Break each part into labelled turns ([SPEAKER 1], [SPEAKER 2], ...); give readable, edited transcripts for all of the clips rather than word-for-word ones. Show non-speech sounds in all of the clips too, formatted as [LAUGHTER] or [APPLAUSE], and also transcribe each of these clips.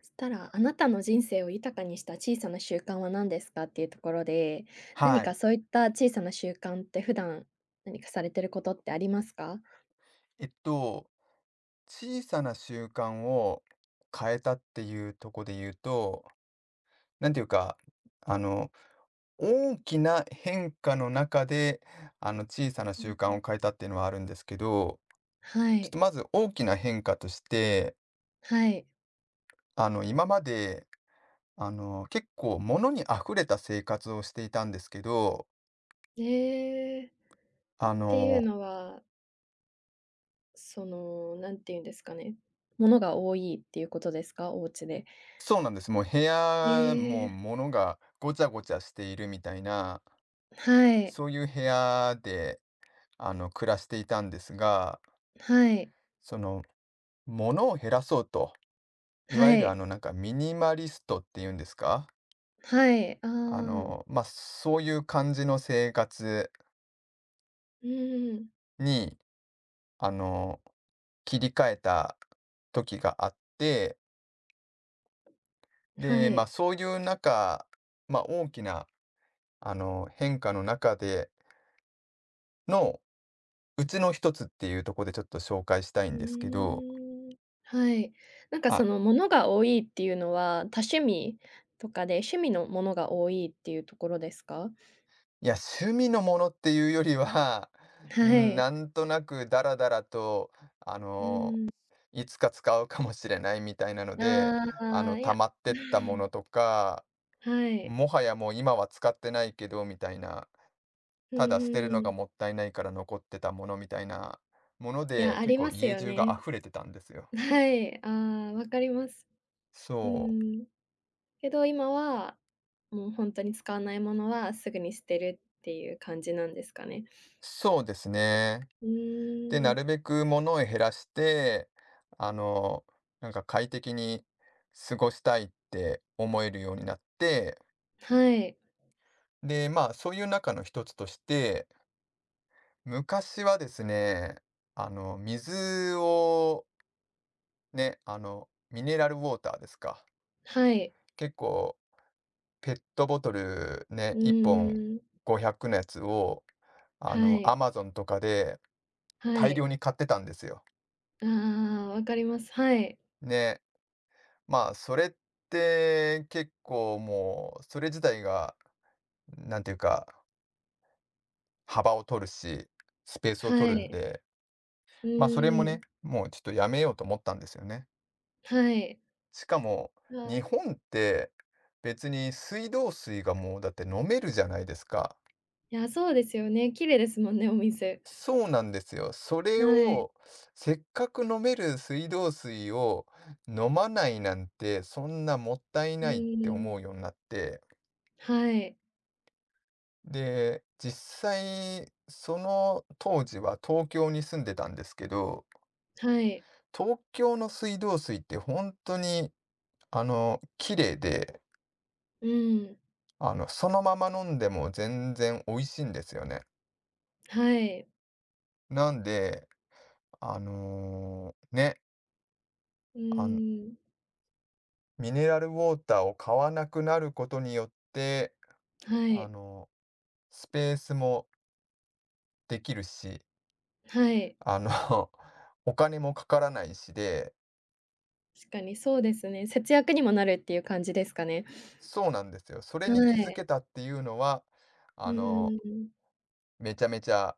[SPEAKER 1] そしたら、あなたの人生を豊かにした小さな習慣は何ですかっていうところで、何
[SPEAKER 2] は
[SPEAKER 1] か
[SPEAKER 2] い。
[SPEAKER 1] そういった小さな習慣って普段何かされてることってありますか？
[SPEAKER 2] えっと、小さな習慣を変えたっていうとこで言うと、なんていうか、あの、大きな変化の中で、小さな
[SPEAKER 1] う
[SPEAKER 2] 習
[SPEAKER 1] んう
[SPEAKER 2] 慣
[SPEAKER 1] ん。
[SPEAKER 2] を変えたっていうのはあるんですけど、
[SPEAKER 1] は
[SPEAKER 2] ちょっ
[SPEAKER 1] い、
[SPEAKER 2] とまず大きな変化として、
[SPEAKER 1] はい。
[SPEAKER 2] 今まで、結構物に溢れた生活をしていたんですけど、
[SPEAKER 1] えー。っ
[SPEAKER 2] あ
[SPEAKER 1] ていう
[SPEAKER 2] の、
[SPEAKER 1] のは、何て言うんですかね、物が多いっていうことですか？お家で。
[SPEAKER 2] そうなんです。もう部屋
[SPEAKER 1] え
[SPEAKER 2] も
[SPEAKER 1] ー、
[SPEAKER 2] 物がごちゃごちゃしているみたいな、
[SPEAKER 1] はい、
[SPEAKER 2] そういう部屋で、暮らしていたんですが、
[SPEAKER 1] はい、
[SPEAKER 2] その、物を減らそうと、いわゆ
[SPEAKER 1] は
[SPEAKER 2] る
[SPEAKER 1] い、
[SPEAKER 2] なんかミニマリストっていうんですか？
[SPEAKER 1] はい、ああ、
[SPEAKER 2] ま、あそういう感じの生活
[SPEAKER 1] うん。
[SPEAKER 2] に、あの、切り替えた時があって、
[SPEAKER 1] は
[SPEAKER 2] で、ま、あ
[SPEAKER 1] い。
[SPEAKER 2] そういう中、ま、あ大きな、変化の中での、うちの一つっていうところでちょっと紹介したい
[SPEAKER 1] う
[SPEAKER 2] んですけど、
[SPEAKER 1] ーん、はい。なんか
[SPEAKER 2] あ
[SPEAKER 1] その物が多いっていうのは、多趣味とかで、趣味のものが多いっていうところですか？
[SPEAKER 2] いや、趣味のものっていうよりは、
[SPEAKER 1] [LAUGHS]
[SPEAKER 2] [LAUGHS] う
[SPEAKER 1] は
[SPEAKER 2] ん、
[SPEAKER 1] い。
[SPEAKER 2] なんとなくダラダラと、あ
[SPEAKER 1] う
[SPEAKER 2] の、
[SPEAKER 1] ーん。
[SPEAKER 2] いつか使うかもしれないみたいなので、
[SPEAKER 1] ああ、い
[SPEAKER 2] 溜
[SPEAKER 1] や、
[SPEAKER 2] まってったもの
[SPEAKER 1] [LAUGHS]
[SPEAKER 2] とか、
[SPEAKER 1] はい。
[SPEAKER 2] もはやもう今は使ってないけどみたいな、
[SPEAKER 1] う
[SPEAKER 2] ただ捨てるの
[SPEAKER 1] ー
[SPEAKER 2] が
[SPEAKER 1] ん。
[SPEAKER 2] もったいないから残ってたものみたいなもの
[SPEAKER 1] いや、
[SPEAKER 2] で、
[SPEAKER 1] あ
[SPEAKER 2] 結
[SPEAKER 1] り
[SPEAKER 2] 構
[SPEAKER 1] ます
[SPEAKER 2] 家
[SPEAKER 1] よ
[SPEAKER 2] 中
[SPEAKER 1] ね。
[SPEAKER 2] が溢れてたんですよ。
[SPEAKER 1] [LAUGHS] はい、ああ、わかります。う
[SPEAKER 2] そう、
[SPEAKER 1] ん。けど今は、もう本当に使わないものはすぐに捨てるっていう感じなんですかね。
[SPEAKER 2] そうですね。
[SPEAKER 1] う
[SPEAKER 2] で、
[SPEAKER 1] ー
[SPEAKER 2] な
[SPEAKER 1] ん。
[SPEAKER 2] るべく物を減らして、あの、なんか快適に過ごしたいって思えるようになって、
[SPEAKER 1] はい、
[SPEAKER 2] で、まあ、そういう中の一つとして、昔はですね、水をね、ミネラルウォーターですか。
[SPEAKER 1] はい。
[SPEAKER 2] 結構、ペットボトルね、
[SPEAKER 1] う
[SPEAKER 2] 1本
[SPEAKER 1] ーん、
[SPEAKER 2] 500のやつを、
[SPEAKER 1] は
[SPEAKER 2] ア
[SPEAKER 1] い。
[SPEAKER 2] マゾンとかで
[SPEAKER 1] は
[SPEAKER 2] 大
[SPEAKER 1] い。
[SPEAKER 2] 量に買ってたんですよ。
[SPEAKER 1] ああ、わかります。はい。
[SPEAKER 2] ね。まあ、それって結構もう、それ自体が、なんていうか、幅を取るし、スペースを
[SPEAKER 1] は
[SPEAKER 2] 取るん
[SPEAKER 1] い。
[SPEAKER 2] で、
[SPEAKER 1] う
[SPEAKER 2] まあ、それも
[SPEAKER 1] ー
[SPEAKER 2] ね、
[SPEAKER 1] ん。
[SPEAKER 2] もうちょっとやめようと思ったんですよね。
[SPEAKER 1] はい。
[SPEAKER 2] しかも、
[SPEAKER 1] あ、
[SPEAKER 2] 日本って別に水道水がもうだって飲めるじゃないですか。
[SPEAKER 1] いや、そうですよね。綺麗ですもんね、お店。
[SPEAKER 2] そうなんですよ。それ
[SPEAKER 1] はい。
[SPEAKER 2] を、せっかく飲める水道水を飲まないなんて、そんなもったい
[SPEAKER 1] う
[SPEAKER 2] ないっ
[SPEAKER 1] ー
[SPEAKER 2] て
[SPEAKER 1] ん。
[SPEAKER 2] 思うようになって。
[SPEAKER 1] はい。
[SPEAKER 2] で、実際、その当時は東京に住んでたんですけど、
[SPEAKER 1] はい。
[SPEAKER 2] 東京の水道水って本当に、綺麗で、
[SPEAKER 1] うん。
[SPEAKER 2] そのまま飲んでも全然美味しいんですよね。
[SPEAKER 1] はい。
[SPEAKER 2] なんで、ね、
[SPEAKER 1] う
[SPEAKER 2] あの
[SPEAKER 1] ーん。
[SPEAKER 2] ミネラルウォーターを買わなくなることによって、
[SPEAKER 1] は
[SPEAKER 2] あ
[SPEAKER 1] い。
[SPEAKER 2] の、スペースもできるし、
[SPEAKER 1] はい。
[SPEAKER 2] あの、[LAUGHS] お金もかからないしで
[SPEAKER 1] 確かにそうですね。節約にもなるっていう感じですかね。
[SPEAKER 2] そうなんですよ。それ
[SPEAKER 1] は
[SPEAKER 2] に気づ
[SPEAKER 1] い。
[SPEAKER 2] けたっていうのは、
[SPEAKER 1] う
[SPEAKER 2] あの、
[SPEAKER 1] ーん。
[SPEAKER 2] めちゃめちゃ、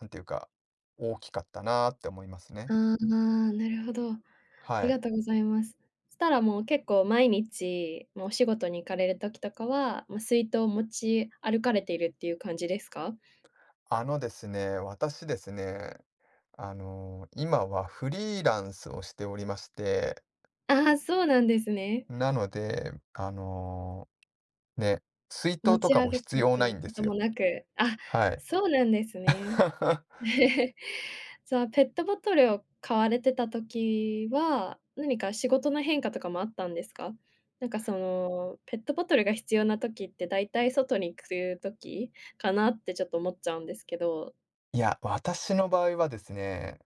[SPEAKER 2] なんていうか、大きかったなーって思いますね。
[SPEAKER 1] ああ、なるほど。あ
[SPEAKER 2] は
[SPEAKER 1] り
[SPEAKER 2] い。
[SPEAKER 1] がとうございます。したらもう結構毎日、まあ、お仕事に行かれる時とかは、まあ、水筒を持ち歩かれているっていう感じですか？
[SPEAKER 2] あのですね、私ですね、今はフリーランスをしておりまして、
[SPEAKER 1] ああ、そうなんですね。
[SPEAKER 2] なので、ね、水
[SPEAKER 1] 持
[SPEAKER 2] 筒と
[SPEAKER 1] ち
[SPEAKER 2] かも
[SPEAKER 1] 歩
[SPEAKER 2] 必
[SPEAKER 1] く
[SPEAKER 2] 要
[SPEAKER 1] と
[SPEAKER 2] ない
[SPEAKER 1] いう
[SPEAKER 2] んで
[SPEAKER 1] こ
[SPEAKER 2] す
[SPEAKER 1] とも
[SPEAKER 2] よ。
[SPEAKER 1] なく、あ、
[SPEAKER 2] はい。
[SPEAKER 1] そうなんですね。
[SPEAKER 2] [LAUGHS]
[SPEAKER 1] [LAUGHS] じゃあ、ペットボトルを買われてた時は、何か仕事の変化とかもあったんですか？なんかその、ペットボトルが必要な時って、大体外に行く時かなってちょっと思っちゃうんですけど。
[SPEAKER 2] いや、私の場合はですね、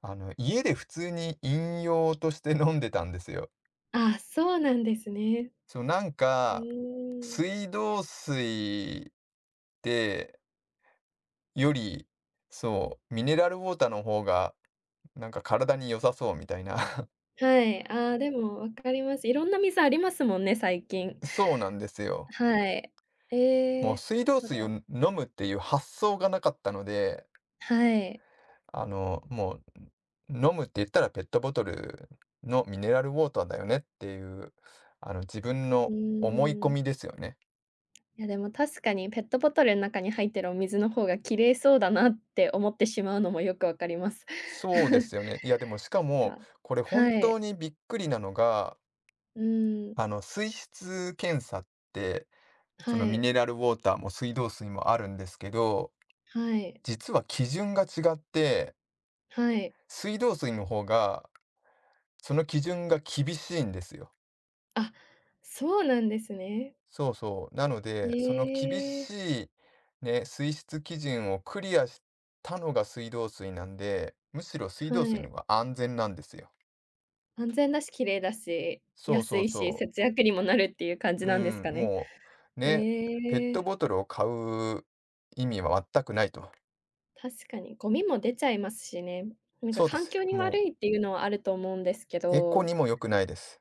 [SPEAKER 2] 家で普通に飲用として飲んでたんですよ。
[SPEAKER 1] あ、そうなんですね。
[SPEAKER 2] そう、なん
[SPEAKER 1] う
[SPEAKER 2] か、
[SPEAKER 1] ーん。
[SPEAKER 2] 水道水ってより、そう、ミネラルウォーターの方が、なんか体に良さそうみたいな。
[SPEAKER 1] はい。ああ、でも分かります。いろんな水ありますもんね、最近。
[SPEAKER 2] [LAUGHS] そうなんですよ。
[SPEAKER 1] はい。え
[SPEAKER 2] もう
[SPEAKER 1] え、
[SPEAKER 2] 水道
[SPEAKER 1] なる
[SPEAKER 2] 水を
[SPEAKER 1] ほど。
[SPEAKER 2] 飲むっていう発想がなかったので、
[SPEAKER 1] はい。
[SPEAKER 2] もう、飲むって言ったらペットボトルのミネラルウォーターだよねっていう、自分
[SPEAKER 1] う
[SPEAKER 2] の思い込
[SPEAKER 1] ー
[SPEAKER 2] み
[SPEAKER 1] ん。
[SPEAKER 2] ですよね。
[SPEAKER 1] いや、でも確かにペットボトルの中に入ってるお水の方が綺麗そうだなって思ってしまうのもよく分かります。
[SPEAKER 2] そうです
[SPEAKER 1] [LAUGHS]
[SPEAKER 2] よね。いや、でもしかも、
[SPEAKER 1] が
[SPEAKER 2] これ本
[SPEAKER 1] は
[SPEAKER 2] 当
[SPEAKER 1] い。
[SPEAKER 2] にびっくりなのが、
[SPEAKER 1] うーん。
[SPEAKER 2] 水質検査って、その
[SPEAKER 1] は
[SPEAKER 2] ミ
[SPEAKER 1] い。
[SPEAKER 2] ネラルウォーターも水道水もあるんですけど、
[SPEAKER 1] はい。
[SPEAKER 2] 実は基準が違って、
[SPEAKER 1] はい。
[SPEAKER 2] 水道水の方が、その基準が厳しいんですよ。
[SPEAKER 1] あ、そうなんですね。
[SPEAKER 2] そうそう。なので、
[SPEAKER 1] え
[SPEAKER 2] その厳
[SPEAKER 1] え、
[SPEAKER 2] しい、ね、水質基準をクリアしたのが水道水なんで、むしろ水
[SPEAKER 1] は
[SPEAKER 2] 道水の
[SPEAKER 1] い。
[SPEAKER 2] 方が安全なんですよ。
[SPEAKER 1] 安全だし、綺麗だし、
[SPEAKER 2] そう
[SPEAKER 1] 安
[SPEAKER 2] そう
[SPEAKER 1] いし、
[SPEAKER 2] そ
[SPEAKER 1] 節約にもなるっていう感
[SPEAKER 2] う。
[SPEAKER 1] じ
[SPEAKER 2] う
[SPEAKER 1] なんですか
[SPEAKER 2] ん、
[SPEAKER 1] ね。
[SPEAKER 2] もう、ね、ペッ
[SPEAKER 1] え
[SPEAKER 2] ト
[SPEAKER 1] え、
[SPEAKER 2] ボトルを買う意味は全くないと。
[SPEAKER 1] 確かにゴミも出ちゃいますしね。なんか
[SPEAKER 2] そうで
[SPEAKER 1] 環
[SPEAKER 2] す。
[SPEAKER 1] 境に
[SPEAKER 2] も
[SPEAKER 1] 悪
[SPEAKER 2] う
[SPEAKER 1] いっていうのはあると思うんですけ
[SPEAKER 2] エコ
[SPEAKER 1] ど、
[SPEAKER 2] にも良くないです。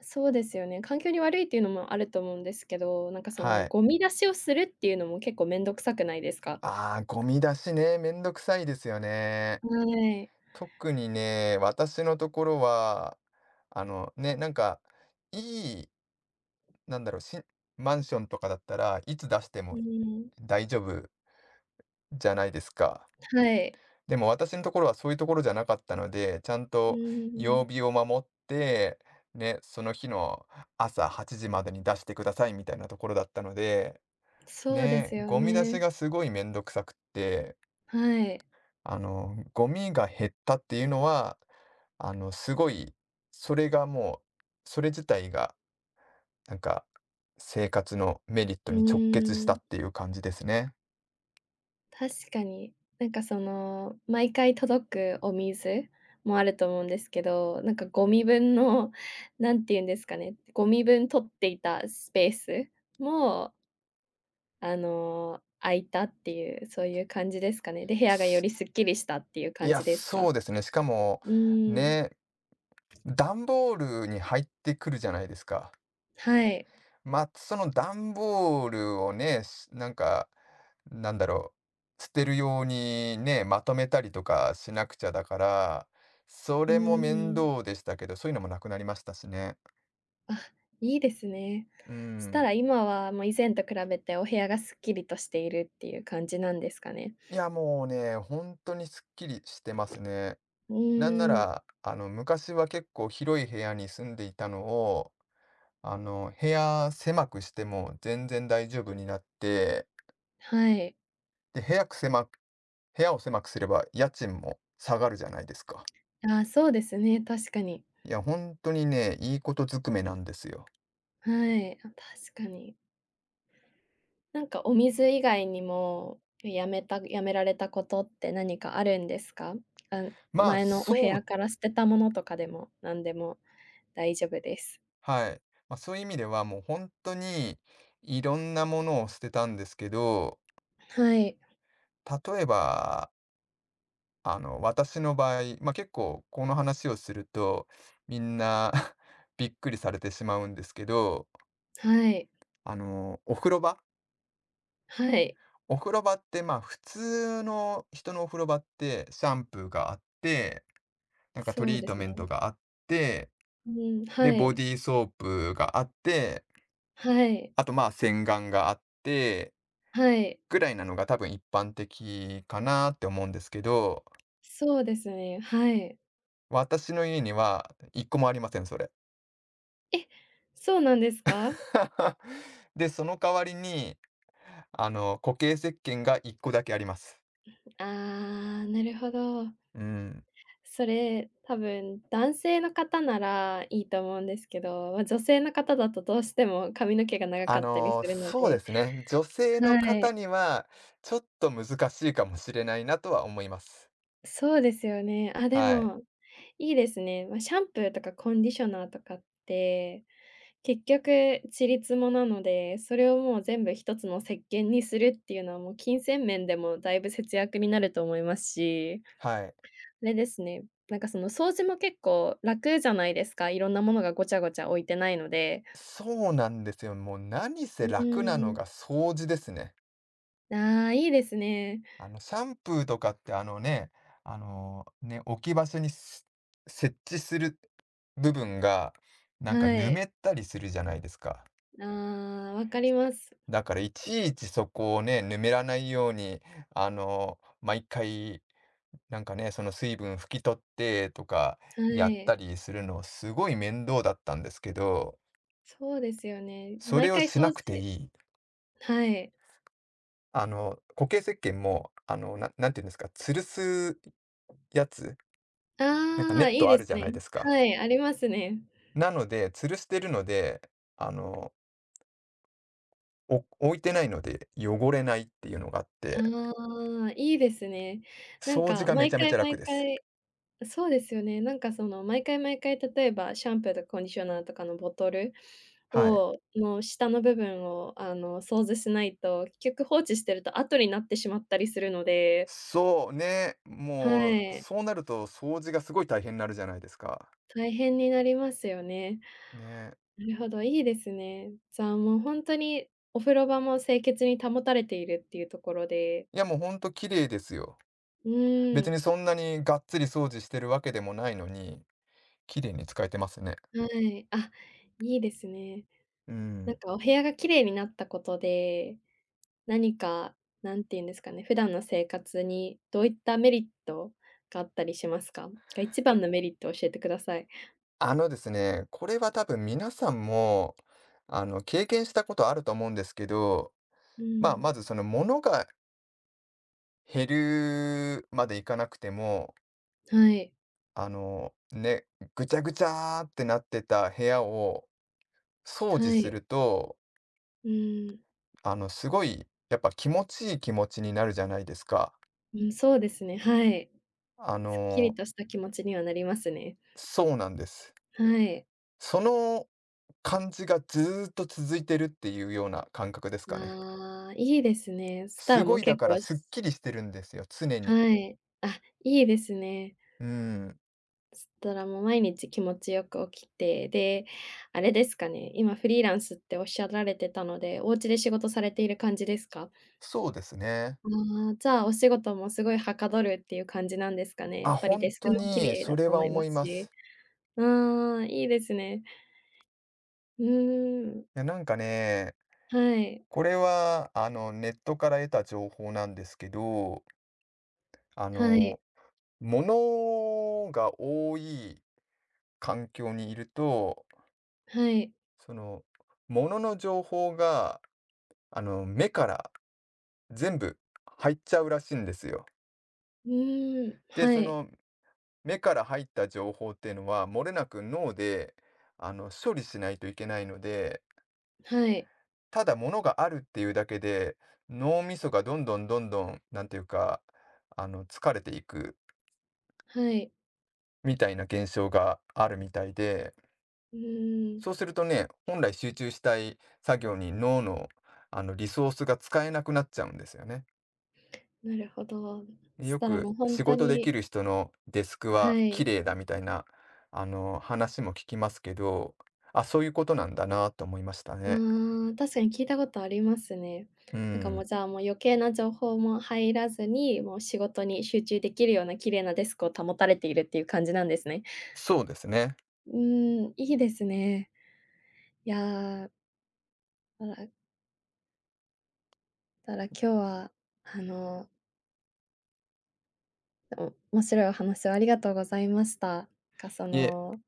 [SPEAKER 1] そうですよね、環境に悪いっていうのもあると思うんですけど、なんかその
[SPEAKER 2] はい。
[SPEAKER 1] ゴミ出しをするっていうのも結構めんどくさくないですか？
[SPEAKER 2] ああ、ゴミ出しね、めんどくさいですよね。
[SPEAKER 1] はい。
[SPEAKER 2] 特にね、私のところは、あのね、なんか、いい、なんだろう、マンションとかだったらいつ出して
[SPEAKER 1] う
[SPEAKER 2] も
[SPEAKER 1] ん、
[SPEAKER 2] 大丈夫じゃないですか。
[SPEAKER 1] はい。
[SPEAKER 2] でも私のところはそういうところじゃなかったので、ちゃん
[SPEAKER 1] う
[SPEAKER 2] と曜
[SPEAKER 1] ん、
[SPEAKER 2] 日を守って、ね、その日の朝8時までに出してくださいみたいなところだったので、
[SPEAKER 1] そうで
[SPEAKER 2] ね、
[SPEAKER 1] すよ
[SPEAKER 2] ゴミ出し
[SPEAKER 1] ね。
[SPEAKER 2] がすごいめんどくさくって、
[SPEAKER 1] はい。
[SPEAKER 2] ゴミが減ったっていうのは、すごい、それがもう、それ自体が、なんか、生活のメリット
[SPEAKER 1] う
[SPEAKER 2] に直結した
[SPEAKER 1] ーん。
[SPEAKER 2] っていう感じですね。
[SPEAKER 1] 確かに。なんか毎回届くお水もあると思うんですけど、なんかゴミ分の、[LAUGHS] なんて言うんですかね、ゴミ分取っていたスペースも、空いたっていう、そういう感じですかね。で、部屋がよ
[SPEAKER 2] す
[SPEAKER 1] りすっきりしたっていう
[SPEAKER 2] い
[SPEAKER 1] 感
[SPEAKER 2] や、
[SPEAKER 1] じです
[SPEAKER 2] そ
[SPEAKER 1] か？
[SPEAKER 2] うですね。しかも、
[SPEAKER 1] うーん、
[SPEAKER 2] ね、段ボールに入ってくるじゃないですか。
[SPEAKER 1] はい。
[SPEAKER 2] まあ、その段ボールをね、なんか、なんだろう、捨てるようにね、まとめたりとかしなくちゃだから、そ
[SPEAKER 1] う
[SPEAKER 2] れも面
[SPEAKER 1] ーん。
[SPEAKER 2] 倒でしたけど、そういうのもなくなりましたしね。
[SPEAKER 1] あ、いいですね。
[SPEAKER 2] う
[SPEAKER 1] そした
[SPEAKER 2] ん。
[SPEAKER 1] ら今はもう以前と比べてお部屋がすっきりとしているっていう感じなんですかね。
[SPEAKER 2] いや、もうね、本当にすっきりしてますね。
[SPEAKER 1] う
[SPEAKER 2] なんな
[SPEAKER 1] ーん、
[SPEAKER 2] ら、昔は結構広い部屋に住んでいたのを、部屋狭くしても全然大丈夫になって、
[SPEAKER 1] はい。
[SPEAKER 2] で、部屋を狭くすれば家賃も下がるじゃないですか。
[SPEAKER 1] ああ、そうですね、確かに。
[SPEAKER 2] いや、本当にね、いいことずくめなんですよ。
[SPEAKER 1] はい、あ、確かに。なんかお水以外にも、やめられたことって何かあるんですか？あ、
[SPEAKER 2] まあ、
[SPEAKER 1] 前のお部
[SPEAKER 2] そ
[SPEAKER 1] 屋
[SPEAKER 2] う
[SPEAKER 1] から捨てたものとかでも、なんでも大丈夫です。
[SPEAKER 2] はい。まあ、そういう意味では、もう本当にいろんなものを捨てたんですけど、
[SPEAKER 1] はい、
[SPEAKER 2] 例えば、私の場合、ま、結構この話をすると、みんな [LAUGHS] びっくりされてしまうんですけど、
[SPEAKER 1] はい、
[SPEAKER 2] あの、お風呂場
[SPEAKER 1] はい、
[SPEAKER 2] お風呂場って、まあ、普通の人のお風呂場って、シャンプーがあって、なんかト
[SPEAKER 1] そう
[SPEAKER 2] リー
[SPEAKER 1] で
[SPEAKER 2] ト
[SPEAKER 1] す
[SPEAKER 2] メ
[SPEAKER 1] ね。
[SPEAKER 2] ントがあって、
[SPEAKER 1] うん、は
[SPEAKER 2] で、ボ
[SPEAKER 1] い、
[SPEAKER 2] ディーソープがあって
[SPEAKER 1] はい、
[SPEAKER 2] あと、まあ、洗顔があって、
[SPEAKER 1] はい、
[SPEAKER 2] ぐらいなのが多分一般的かなって思うんですけど、
[SPEAKER 1] そうですね、はい。
[SPEAKER 2] 私の家には1個もありません、それ。
[SPEAKER 1] え、そうなんですか？
[SPEAKER 2] [LAUGHS] で、その代わりに、固形石鹸が1個だけあります。
[SPEAKER 1] ああ、なるほど。
[SPEAKER 2] うん。
[SPEAKER 1] それ、多分男性の方ならいいと思うんですけど、ま、女性の方だとどうしても髪の毛が長かったりするの
[SPEAKER 2] そうで
[SPEAKER 1] で。
[SPEAKER 2] すね、女性の
[SPEAKER 1] は
[SPEAKER 2] 方
[SPEAKER 1] い、
[SPEAKER 2] にはちょっと難しいかもしれないなとは思います。
[SPEAKER 1] そうですよね。あ、で
[SPEAKER 2] はい。
[SPEAKER 1] も、いいですね。ま、シャンプーとかコンディショナーとかって、結局ちりつもなので、それをもう全部一つの石鹸にするっていうのはもう金銭面でもだいぶ節約になると思いますし、
[SPEAKER 2] はい。
[SPEAKER 1] あれですね、なんかその掃除も結構楽じゃないですか、いろんなものがごちゃごちゃ置いてないので。
[SPEAKER 2] そうなんですよ。もう何せ
[SPEAKER 1] う
[SPEAKER 2] 楽なの
[SPEAKER 1] ーん。
[SPEAKER 2] が掃除ですね。
[SPEAKER 1] ああ、いいですね。
[SPEAKER 2] シャンプーとかって、あのね、ね、置き場所に設置する部分が、なんか
[SPEAKER 1] は
[SPEAKER 2] ぬ
[SPEAKER 1] い。
[SPEAKER 2] めったりするじゃないですか。
[SPEAKER 1] ああ、わかります。
[SPEAKER 2] だからいちいちそこをね、ぬめらないように、毎回、なんかね、その水分拭き取ってとか
[SPEAKER 1] は
[SPEAKER 2] やった
[SPEAKER 1] い。
[SPEAKER 2] りするの、すごい面倒だったんですけど、
[SPEAKER 1] そうですよね。
[SPEAKER 2] それ
[SPEAKER 1] 毎
[SPEAKER 2] を
[SPEAKER 1] 回
[SPEAKER 2] しな
[SPEAKER 1] 掃
[SPEAKER 2] くて
[SPEAKER 1] 除。
[SPEAKER 2] いい。
[SPEAKER 1] はい。
[SPEAKER 2] 固形石鹸も、なんていうんですか、吊るすやつ、なんか
[SPEAKER 1] あ
[SPEAKER 2] ネ
[SPEAKER 1] あ、
[SPEAKER 2] ッ
[SPEAKER 1] いい
[SPEAKER 2] トあ
[SPEAKER 1] で
[SPEAKER 2] る
[SPEAKER 1] す
[SPEAKER 2] じゃない
[SPEAKER 1] ね。
[SPEAKER 2] ですか。
[SPEAKER 1] はい、ありますね。
[SPEAKER 2] なので、吊るしてるので、あの、置いてないので汚れないっていうのがあって、
[SPEAKER 1] ああ、いいですね。なん
[SPEAKER 2] 掃除
[SPEAKER 1] か
[SPEAKER 2] がめち
[SPEAKER 1] 毎
[SPEAKER 2] ゃめち
[SPEAKER 1] 回
[SPEAKER 2] ゃ楽
[SPEAKER 1] 毎
[SPEAKER 2] です。
[SPEAKER 1] 回そうですよね。なんかその毎回毎回、例えばシャンプーとかコンディショナーとかのボトル
[SPEAKER 2] はい。
[SPEAKER 1] をの下の部分を、掃除しないと、結局放置してると後になってしまったりするので、
[SPEAKER 2] そう、ね、
[SPEAKER 1] は
[SPEAKER 2] もう、
[SPEAKER 1] い。
[SPEAKER 2] そうなると掃除がすごい大変になるじゃないですか。
[SPEAKER 1] 大変になりますよね。
[SPEAKER 2] ね。
[SPEAKER 1] なるほど、いいですね。じゃあ、もうほんとにお風呂場も清潔に保たれているっていうところで。
[SPEAKER 2] いや、もうほんと綺麗ですよ。
[SPEAKER 1] うー
[SPEAKER 2] 別
[SPEAKER 1] ん、
[SPEAKER 2] にそんなにがっつり掃除してるわけでもないのに、綺麗に使えてますね。
[SPEAKER 1] はい。あ、いいですね。
[SPEAKER 2] う
[SPEAKER 1] なん
[SPEAKER 2] ん。
[SPEAKER 1] かお部屋が綺麗になったことで、何か、何て言うんですかね、普段の生活にどういったメリットがあったりしますか？が一番のメリットを教えてください。
[SPEAKER 2] あのですね、これは多分皆さんも、経験したことあると思うんですけど、
[SPEAKER 1] う
[SPEAKER 2] まあ、
[SPEAKER 1] ん。
[SPEAKER 2] まずその物が減るまでいかなくても、
[SPEAKER 1] はい、
[SPEAKER 2] ね、ぐちゃぐちゃーってなってた部屋を掃除
[SPEAKER 1] は
[SPEAKER 2] す
[SPEAKER 1] い。
[SPEAKER 2] ると、
[SPEAKER 1] うーん、
[SPEAKER 2] すごい、やっぱ気持ちいい気持ちになるじゃないですか。
[SPEAKER 1] うん、そうですね、はい。
[SPEAKER 2] あ
[SPEAKER 1] すっき
[SPEAKER 2] の、
[SPEAKER 1] りとした気持ちにはなりますね。
[SPEAKER 2] そうなんです。
[SPEAKER 1] はい。
[SPEAKER 2] その感じがずーっと続いてるっていうような感覚ですかね。
[SPEAKER 1] ああ、いいですね。そした
[SPEAKER 2] す
[SPEAKER 1] らも
[SPEAKER 2] ご
[SPEAKER 1] う
[SPEAKER 2] いだ
[SPEAKER 1] 結
[SPEAKER 2] から
[SPEAKER 1] 構
[SPEAKER 2] すっきりしてるんですよ、常に。
[SPEAKER 1] はい。あ、いいですね。
[SPEAKER 2] うん、
[SPEAKER 1] そしたらもう毎日気持ちよく起きて、で、あれですかね、今フリーランスっておっしゃられてたので、お家で仕事されている感じですか？
[SPEAKER 2] そうですね。
[SPEAKER 1] ああ、じゃあお仕事もすごいはかどるっていう感じなんですかね。や
[SPEAKER 2] あ、
[SPEAKER 1] っぱり
[SPEAKER 2] 本
[SPEAKER 1] デスク
[SPEAKER 2] 当
[SPEAKER 1] も綺
[SPEAKER 2] に
[SPEAKER 1] 麗
[SPEAKER 2] そ
[SPEAKER 1] だ
[SPEAKER 2] れ
[SPEAKER 1] と
[SPEAKER 2] は
[SPEAKER 1] 思いま
[SPEAKER 2] 思い
[SPEAKER 1] す
[SPEAKER 2] ま
[SPEAKER 1] し。
[SPEAKER 2] す。
[SPEAKER 1] ああ、いいですね。うーん。
[SPEAKER 2] いや、なんかね、
[SPEAKER 1] はい。
[SPEAKER 2] これは、ネットから得た情報なんですけど、あ
[SPEAKER 1] はい。
[SPEAKER 2] の、物が多い環境にいると、
[SPEAKER 1] はい。
[SPEAKER 2] その、物の情報が、目から全部入っちゃうらしいんですよ。
[SPEAKER 1] うーん。
[SPEAKER 2] で、
[SPEAKER 1] は
[SPEAKER 2] そ
[SPEAKER 1] い。
[SPEAKER 2] の、目から入った情報っていうのは、漏れなく脳で、処理しないといけないので、
[SPEAKER 1] はい。
[SPEAKER 2] ただ物があるっていうだけで、脳みそがどんどんどんどん、なんていうか、疲れていく、
[SPEAKER 1] はい。
[SPEAKER 2] みたいな現象があるみたいで、
[SPEAKER 1] うーん。
[SPEAKER 2] そうするとね、本来集中したい作業に脳の、リソースが使えなくなっちゃうんですよね。
[SPEAKER 1] なるほど。そ
[SPEAKER 2] で
[SPEAKER 1] し
[SPEAKER 2] よ
[SPEAKER 1] たらもう
[SPEAKER 2] く仕
[SPEAKER 1] 本当
[SPEAKER 2] 事でき
[SPEAKER 1] に。
[SPEAKER 2] る人のデスクは
[SPEAKER 1] は
[SPEAKER 2] 綺
[SPEAKER 1] い。
[SPEAKER 2] 麗だみたいな、話も聞きますけど、あ、そういうことなんだなと思いました
[SPEAKER 1] あ
[SPEAKER 2] ね。
[SPEAKER 1] あ、確かに聞いたことありますね。
[SPEAKER 2] う
[SPEAKER 1] なんかもう、
[SPEAKER 2] ん、
[SPEAKER 1] じゃあ、もう余計な情報も入らずに、もう仕事に集中できるような綺麗なデスクを保たれているっていう感じなんですね。
[SPEAKER 2] そうですね。
[SPEAKER 1] うーん、いいですね。いやー、だらだら今日は、あの、お面白いお話をありがとうございました。なんか、
[SPEAKER 2] いえ、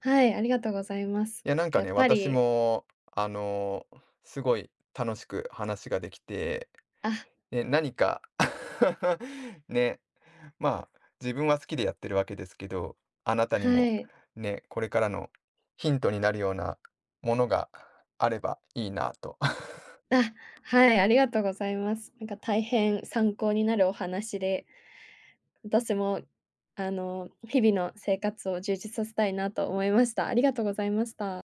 [SPEAKER 1] はい、ありがとうございます。
[SPEAKER 2] いやな
[SPEAKER 1] なん
[SPEAKER 2] ん
[SPEAKER 1] か
[SPEAKER 2] か
[SPEAKER 1] やっ
[SPEAKER 2] ね、
[SPEAKER 1] ぱ
[SPEAKER 2] 私
[SPEAKER 1] り。
[SPEAKER 2] も、あの、すごい楽しく話ができて、
[SPEAKER 1] あ、
[SPEAKER 2] ね、何か [LAUGHS] ね、まあ、自分は好きでやってるわけですけど、あなたに
[SPEAKER 1] は
[SPEAKER 2] も
[SPEAKER 1] い。
[SPEAKER 2] ね、これからのヒントになるようなものがあればいいなと
[SPEAKER 1] あ、はい、ありがとうございます。なんか大変参考になるお話で、私も、日々の生活を充実させたいなと思いました。ありがとうございました。